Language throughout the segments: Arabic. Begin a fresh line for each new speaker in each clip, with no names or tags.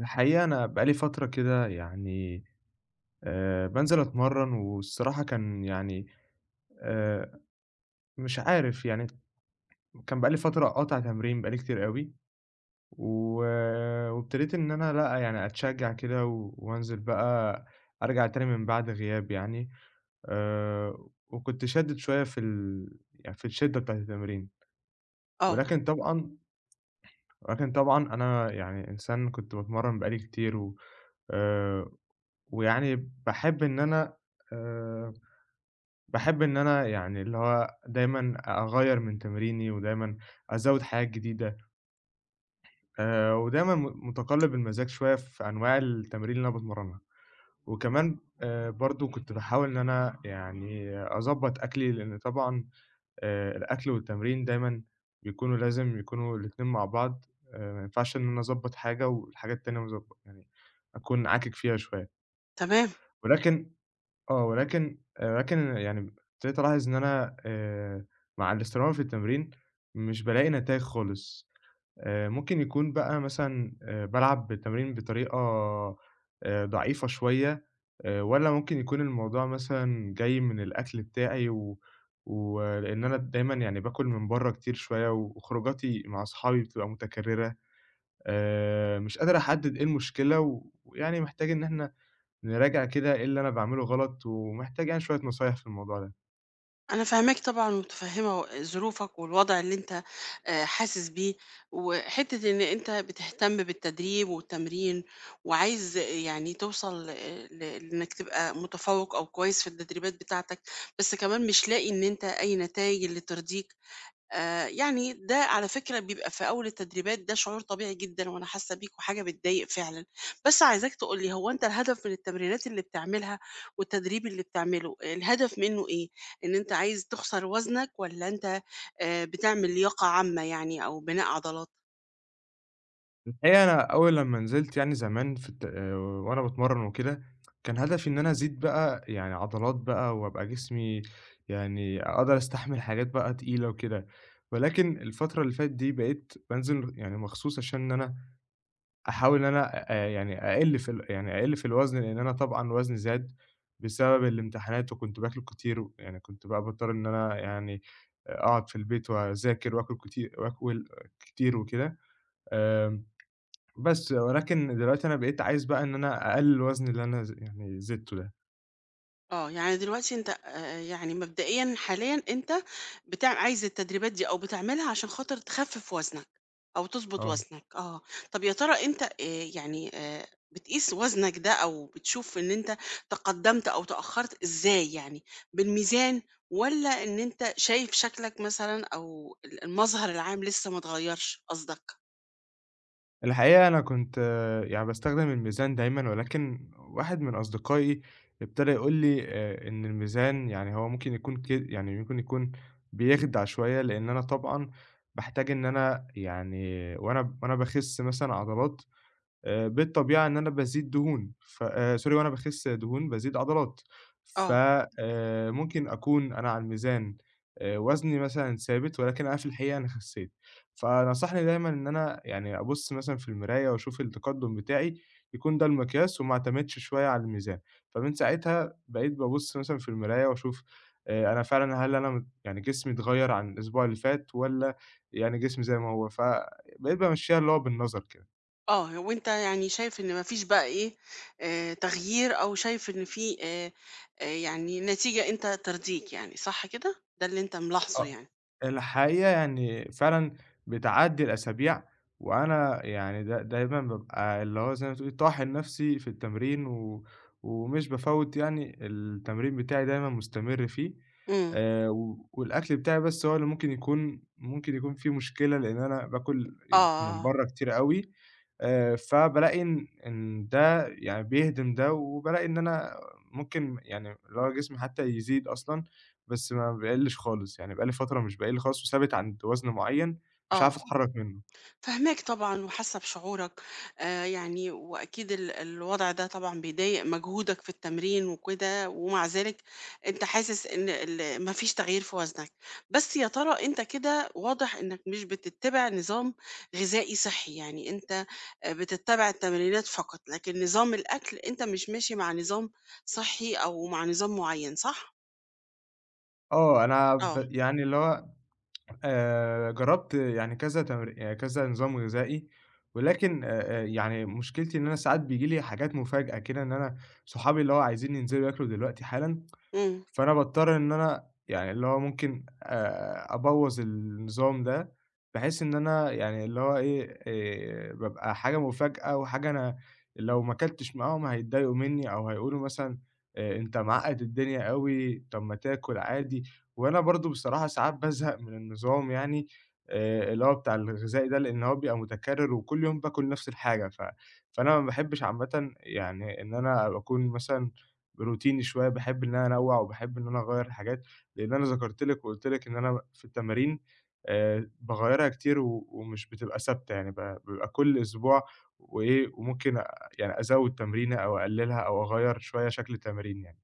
الحقيقة أنا بقى لي فترة كده يعني بانزل أتمرّن. والصراحة كان يعني آآ مش عارف، يعني كان بقى لي فترة قاطع تمرين، بقى لي كتير أوي. و وابتديت إن أنا لأ، يعني أتشجّع كده و وأنزل بقى أرجع تاني من بعد غياب يعني. آآ وكنت شادِد شوية في ال يعني في الشِدّة بتاعة التمرين.
آه،
ولكن طبعًا ولكن طبعًا أنا يعني إنسان كنت باتمرّن بقى لي كتير. و آآ ويعني باحب إن أنا آآ باحب إن أنا يعني اللي هو دايمًا أغيّر من تمريني، ودايمًا أزوّد حاجات جديدة، ودايمًا متقلّب المزاج شوية في أنواع التمارين اللي أنا باتمرّنها. وكمان برضه كنت باحاول إن أنا يعني أضبّط أكلي، لإن طبعًا الأكل والتمرين دايمًا بيكونوا لازم يكونوا الاتنين مع بعض. ما ينفعش إن أنا أضبّط حاجة والحاجة التانية ما أضب يعني أكون عاكك فيها شوية.
تمام،
ولكن آه، ولكن ولكن يعني ابتديت ألاحظ إن أنا مع الاستمرار في التمرين مش بالاقي نتايج خالص. ممكن يكون بقى مثلًا بالعب التمرين بطريقة ضعيفة شوية. والّا ممكن يكون الموضوع مثلًا جاي من الأكل بتاعي و ولإن أنا دايمًا يعني باكل من برّه كتير شوية وخروجاتي مع أصحابي بتبقى متكررة. مش قادر أحدد إيه المشكلة، ويعني محتاج إن إحنا نراجع كده إيه اللي أنا باعمله غلط، ومحتاج يعني شوية نصايح في الموضوع ده.
أنا فاهماك طبعًا ومتفهمة و ظروفك والوضع اللي أنت حاسس بيه، وحتة إن أنت بتهتم بالتدريب والتمرين، وعايز يعني توصل ل لإنك تبقى متفوق أو كويس في التدريبات بتاعتك، بس كمان مش لاقي إن أنت أي نتايج اللي ترضيك. يعني ده على فكرة بيبقى في أول التدريبات، ده شعور طبيعي جدًا وأنا حاسة بيك وحاجة بتضايق فعلًا، بس عايزاك تقول لي هو أنت الهدف من التمرينات اللي بتعملها والتدريب اللي بتعمله، الهدف منه إيه؟ إن أنت عايز تخسر وزنك والّا أنت بتعمل لياقة عامة يعني أو بناء عضلات؟
الحقيقة أنا أول لمّا نزلت يعني زمان في الت وأنا باتمرّن وكده، كان هدفي إن أنا أزيد بقى يعني عضلات بقى، وأبقى جسمي يعني أقدر أستحمل حاجات بقى تقيلة وكده. ولكن الفترة اللي فاتت دي بقيت بانزل يعني مخصوص عشان إن أنا أحاول إن أنا يعني أقِل في ال يعني أقِل في الوزن، لإن أنا طبعًا وزني زاد بسبب الامتحانات وكنت باكل كتير. يعني كنت بقى باضطر إن أنا يعني أقعد في البيت وأذاكر وآكل كتير وآكل كتير وكده. آمم بس ولكن دلوقتي أنا بقيت عايز بقى إن أنا أقلِّل الوزن اللي أنا يعني زدته ده.
آه، يعني دلوقتي أنت يعني مبدئيًا حاليًا أنت بتاع عايز التدريبات دي أو بتعملها عشان خاطر تخفِّف وزنك أو تضبط
آه.
وزنك، آه. طَب يا ترى أنت يعني بتقيس وزنك ده أو بتشوف إن أنت تقدّمت أو تأخّرت إزاي يعني، بالميزان والّا إن أنت شايف شكلك مثلًا أو المظهر العام لسه ما اتغيّرش قصدك؟
الحقيقة أنا كنت آه، يعني باستخدم الميزان دايمًا، ولكن واحد من أصدقائي ابتدى يقول لي إن الميزان يعني هو ممكن يكون ك يعني ممكن يكون بيخدع شوية، لإن أنا طبعًا باحتاج إن أنا يعني وأنا باخِس مثلًا عضلات بالطبيعة إن أنا بازيد دهون. ف sorry وأنا باخس دهون بازيد عضلات. ف
آه.
ممكن أكون أنا على الميزان وزني مثلًا ثابت، ولكن أنا في الحقيقة أنا خسيت. فنصحني دايمًا إن أنا يعني أبُص مثلًا في المراية وأشوف التقدُّم بتاعي يكون ده المقياس وما اعتمدش شوية على الميزان. فمن ساعتها بقيت بابُص مثلًا في المراية وأشوف أنا فعلًا هل أنا يعني جسمي اتغيّر عن الأسبوع اللي فات والّا يعني جسمي زي ما هو. فبقيت بامشّيها اللي هو بالنظر كده.
آه، وأنت يعني شايف إن ما فيش بقى إيه، تغيير أو شايف إن في يعني نتيجة أنت ترضيك يعني، صح كده؟ ده اللي أنت ملاحظه
آه،
يعني.
الحقيقة يعني فعلًا بتعدّي الأسابيع. وأنا يعني دايمًا بابقى اللي هو زي ما تقولي طاحن نفسي في التمرين. و ومش بافوّت يعني التمرين بتاعي دايمًا مستمر فيه.
إمم.
و والأكل بتاعي بس هو اللي ممكن يكون فيه مشكلة، لإن أنا باكل من
آه،
برّه كتير أوي. فبالاقي إن ده يعني بيهدم ده، وبالاقي إن أنا ممكن يعني اللي هو جسمي حتى يزيد أصلًا. بس ما بيقلّش خالص، يعني بقى لي فترة مش باقل خالص وثابت عند وزن معيّن مش
آه.
عارف آه. أتحرّك منّه.
فاهماك طبعًا وحاسة بشعورك، يعني وأكيد الوضع ده طبعًا بيضايق مجهودك في التمرين وكده، ومع ذلك أنت حاسس إن ما فيش تغيير في وزنك، بس يا ترى أنت كده واضح إنك مش بتتّبع نظام غذائي صحّي، يعني أنت بتتّبع التمرينات فقط، لكن نظام الأكل أنت مش ماشي مع نظام صحّي أو مع نظام معيّن، صح؟
آه، أنا
آه،
ب يعني اللي هو جرّبت يعني كذا تمر يعني كذا نظام غذائي. ولكن يعني مشكلتي إن أنا ساعات بييجي لي حاجات مفاجأة كده، إن أنا صحابي اللي هو عايزين ينزلوا ياكلوا دلوقتي حالًا.
إمم.
فأنا باضطر إن أنا يعني اللي هو ممكن أبوّظ النظام ده. بحيث إن أنا يعني اللي هو إيه، بابقى حاجة مفاجأة وحاجة أنا لو ما كلتش معاهم هيتضايقوا منّي أو هيقولوا مثلًا أنت معقّد الدنيا أوي، طب ما تاكل عادي. وأنا برضه بصراحة ساعات بازهق من النظام يعني اللي هو بتاع الغذائي ده، لإن هو بيبقى متكرر وكل يوم باكل نفس الحاجة. ف فأنا ما باحبش عامةً يعني إن أنا أكون مثلًا روتيني شوية. باحب إن أنا أنوّع وباحب إن أنا أغيّر الحاجات، لإن أنا ذكرت لِك وقُلت لِك إن أنا في التمارين باغيّرها كتير. و ومش بتبقى ثابتة، يعني بيبقى كل أسبوع وإيه. وممكن يعني أزوّد تمرينة أو أقلّلها أو أغيّر شوية شكل التمرين يعني.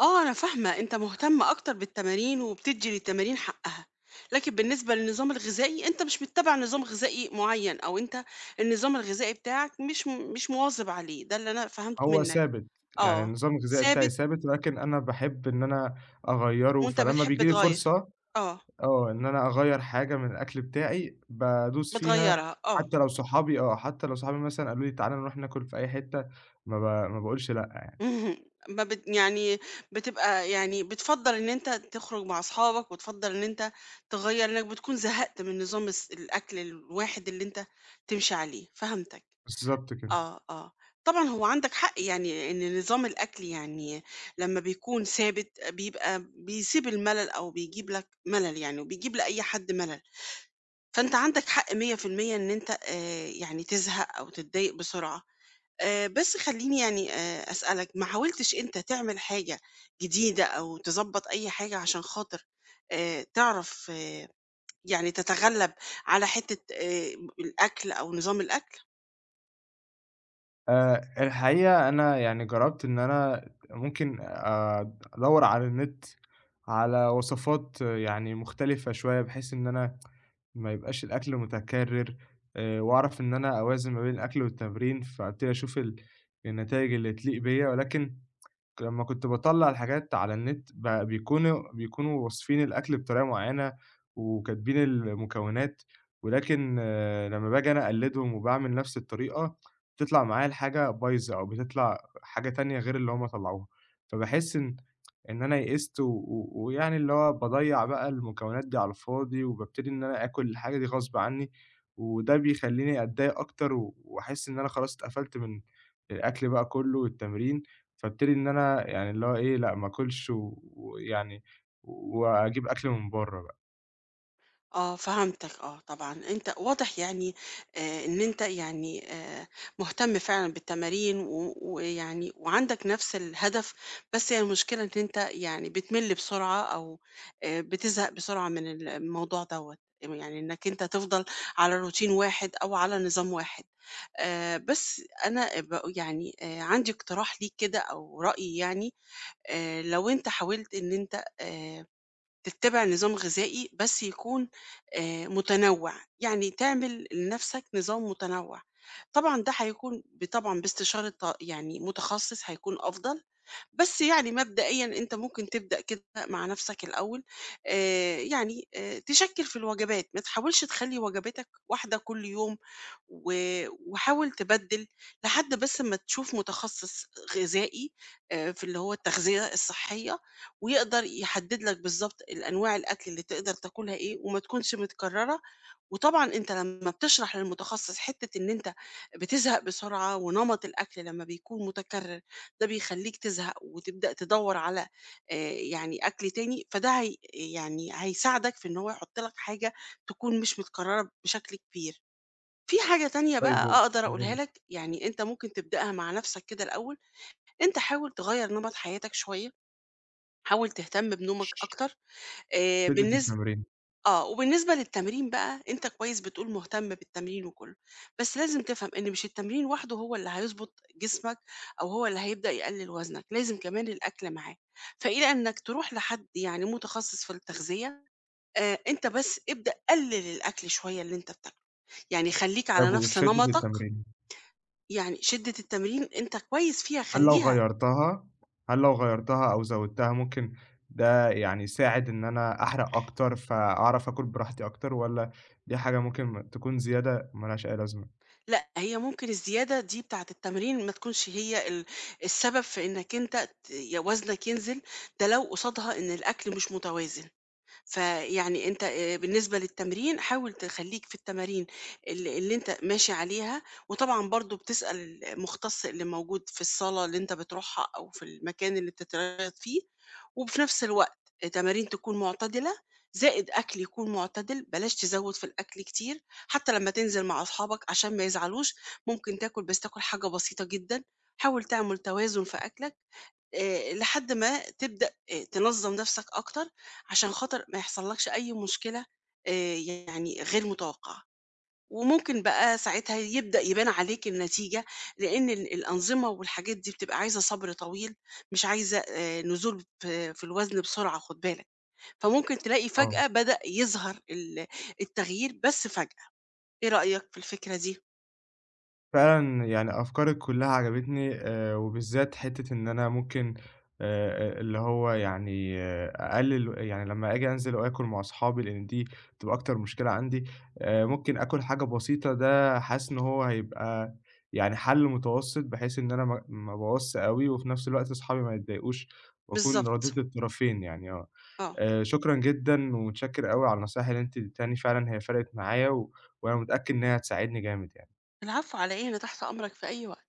آه، أنا فاهمة، أنت مهتم أكتر بالتمارين وبتدّي للتمارين حقها، لكن بالنسبة للنظام الغذائي، أنت مش متّبع نظام غذائي معيّن أو أنت النظام الغذائي بتاعك مش م مش مواظب عليه، ده اللي أنا فهمته
هو
منّك.
ثابت، يعني
آه،
النظام الغذائي بتاعي
ثابت
ثابت، ولكن أنا باحب إن أنا أغيّره.
وأنت
فلمّا
بتحب
بييجي لي
تغيّر،
فرصة
آه،
آه، إن أنا أغيّر حاجة من الأكل بتاعي بادوس فيها.
بتغيّرها، آه.
حتى لو صحابي آه، حتى لو صحابي مثلًا قالوا لي تعالَ نروح ناكل في أي حتة، ما ب ما باقولش لأ.
اهم، ما بت يعني بتبقى يعني بتفضّل إن أنت تخرج مع أصحابك وتفضّل إن أنت تغيّر لإنّك بتكون زهقت من نظام الأكل الواحد اللي أنت تمشي عليه، فهمتك.
بالضبط كده.
آه، آه. طبعًا هو عندك حق يعني إن نظام الأكل يعني لمّا بيكون ثابت بيبقى بيسيب الملل أو بيجيب لك ملل يعني وبيجيب لأي حد ملل، فأنت عندك حق 100% إن أنت يعني تزهق أو تتضايق بسرعة. بس خلّيني يعني أسألك، ما حاولتش أنت تعمل حاجة جديدة أو تضبّط أي حاجة عشان خاطر تعرف يعني تتغلّب على حتّة الأكل أو نظام الأكل؟
الحقيقة أنا يعني جرّبت إن أنا ممكن أدوّر على النت على وصفات آه، يعني مختلفة شوية، بحيث إن أنا ما يبقاش الأكل متكرر. وأعرف إن أنا أوازن ما بين الأكل والتمرين، فأبتدي أشوف النتايج اللي تليق بيّا. ولكن لمّا كنت باطلّع الحاجات على النت بقى بيكونوا واصفين الأكل بطريقة معيّنة، وكاتبين المكونات. ولكن لمّا باجي أنا أقلّدهم وباعمل نفس الطريقة، بتطلع معايا الحاجة بايظة أو بتطلع حاجة تانية غير اللي هم طلّعوها. فباحس إن أنا يئست و و ويعني اللي هو باضيّع بقى المكونات دي على الفاضي، وبابتدي إن أنا آكل الحاجة دي غصب عنّي. وده بيخلّيني أتضايق أكتر وأحس إن أنا خلاص اتقفلت من الأكل بقى كلّه والتمرين. فابتدي إن أنا يعني اللي هو إيه، لأ ما آكلش ويعني وأجيب أكل من برّه بقى.
آه فهمتك طبعًا، أنت واضح يعني إن أنت يعني مهتم فعلًا بالتمارين و ويعني وعندك نفس الهدف، بس هي المشكلة إن أنت يعني بتمِل بسرعة أو بتزهق بسرعة من الموضوع دوّة، يعني إنك أنت تفضل على روتين واحد أو على نظام واحد. بس أنا يعني عندي اقتراح ليك كده أو رأي يعني، لو أنت حاولت إن أنت تتبع نظام غذائي بس يكون متنوع يعني تعمل لنفسك نظام متنوع. طبعا ده هيكون طبعا باستشارة يعني متخصص هيكون أفضل. بس يعني مبدئيًا أنت ممكن تبدأ كده مع نفسك الأول، يعني تشكِّل في الوجبات، ما تحاولش تخلّي وجباتك واحدة كل يوم، و وحاول تبدِّل لحد بس أمّا تشوف متخصص غذائي في اللي هو التغذية الصحية، ويقدر يحدد لك بالضبط الأنواع الأكل اللي تقدر تاكلها إيه، وما تكونش متكررة. وطبعًا أنت لمّا بتشرح للمتخصص حتّة إن أنت بتزهق بسرعة ونمط الأكل لمّا بيكون متكرر، ده بيخلّيك تزهق وتبدأ تدوّر على يعني أكل تاني، فده هي يعني هيساعدك في إن هو يحُط لك حاجة تكون مش متكررة بشكل كبير. في حاجة تانية
طيب
بقى أقدر أقولها
ومن
لك، يعني أنت ممكن تبدأها مع نَفْسك كده الأول، أنت حاول تغيّر نمط حياتك شوية، حاول تهتم بنومك أكتر.
شِدّة
بالنسبة
التمرين،
آه، وبالنسبة للتمرين بقى، أنت كويس بتقول مهتم بالتمرين وكله، بس لازم تفهم إن مش التمرين وحده هو اللي هيضبط جسمك أو هو اللي هيبدأ يقلل وزنك، لازم كمان الأكل معاه، فإلى إنك تروح لحد يعني متخصص في التغذية، أنت بس ابدأ قلل الأكل شوية اللي أنت بتاكله، يعني خلّيك على
طيب
نفس
وشِدّة
نمطك،
التمرين،
يعني شدة التمرين أنت كويس فيها
هل لو
خلّيها.
غيّرتها هل لو غيّرتها أو زوّدتها ممكن ده يعني يساعد إن أنا أحرق أكتر، فأعرف آكل براحتي أكتر والّا دي حاجة ممكن تكون زيادة ما لهاش أي لازمة؟
لأ، هي ممكن الزيادة دي بتاعة التمرين ما تكونش هي السبب في إنك أنت ت ي وزنك ينزل، ده لو قصادها إن الأكل مش متوازن. فيعني أنت بالنسبة للتمرين حاول تخلّيك في التمارين اللي أنت ماشي عليها، وطبعًا برضه بتسأل المختص اللي موجود في الصالة اللي أنت بتروحها أو في المكان اللي بتتريّض فيه، وفي نفس الوقت تمارين تكون معتدلة، زائد أكل يكون معتدل، بلاش تزوّد في الأكل كتير، حتى لمّا تنزل مع أصحابك عشان ما يزعلوش، ممكن تاكل بس تاكل حاجة بسيطة جدًا، حاول تعمل توازن في أكلك لحد ما تبدأ تنظّم نفسك أكتر، عشان خاطر ما يحصلكش أي مشكلة يعني غير متوقعة. وممكن بقى ساعتها يبدأ يبان عليك النتيجة، لأن الأنظمة والحاجات دي بتبقى عايزة صبر طويل، مش عايزة نزول في الوزن بسرعة، خد بالك. فممكن تلاقي
آه.
فجأة بدأ يظهر التغيير، بس فجأة. إيه رأيك في الفكرة دي؟
فعلًا يعني أفكارِك كلّها عجبتني. وبالذات حتّة إن أنا ممكن اللي هو يعني آه، أقلِّل يعني لمّا آجي أنزل وآكل مع أصحابي لإن دي بتبقى أكتر مشكلة عندي. ممكن آكل حاجة بسيطة ده حاسس إن هو هيبقى يعني حَل متوسط، بحيث إن أنا ما أبوّظش أوي وفي نفس الوقت أصحابي ما يتضايقوش وأكون راضيت
بالظبط.
الطرفين يعني آه.
اه.
شكرًا جدًا ومتشكّر أوي على النصايح اللي أنتِ اديتيهاني، فعلًا هي فرقِت معايا وأنا متأكد إن هي هتساعدني جامد يعني.
العفو على إيه، أنا تحت أمرك في أي وقت.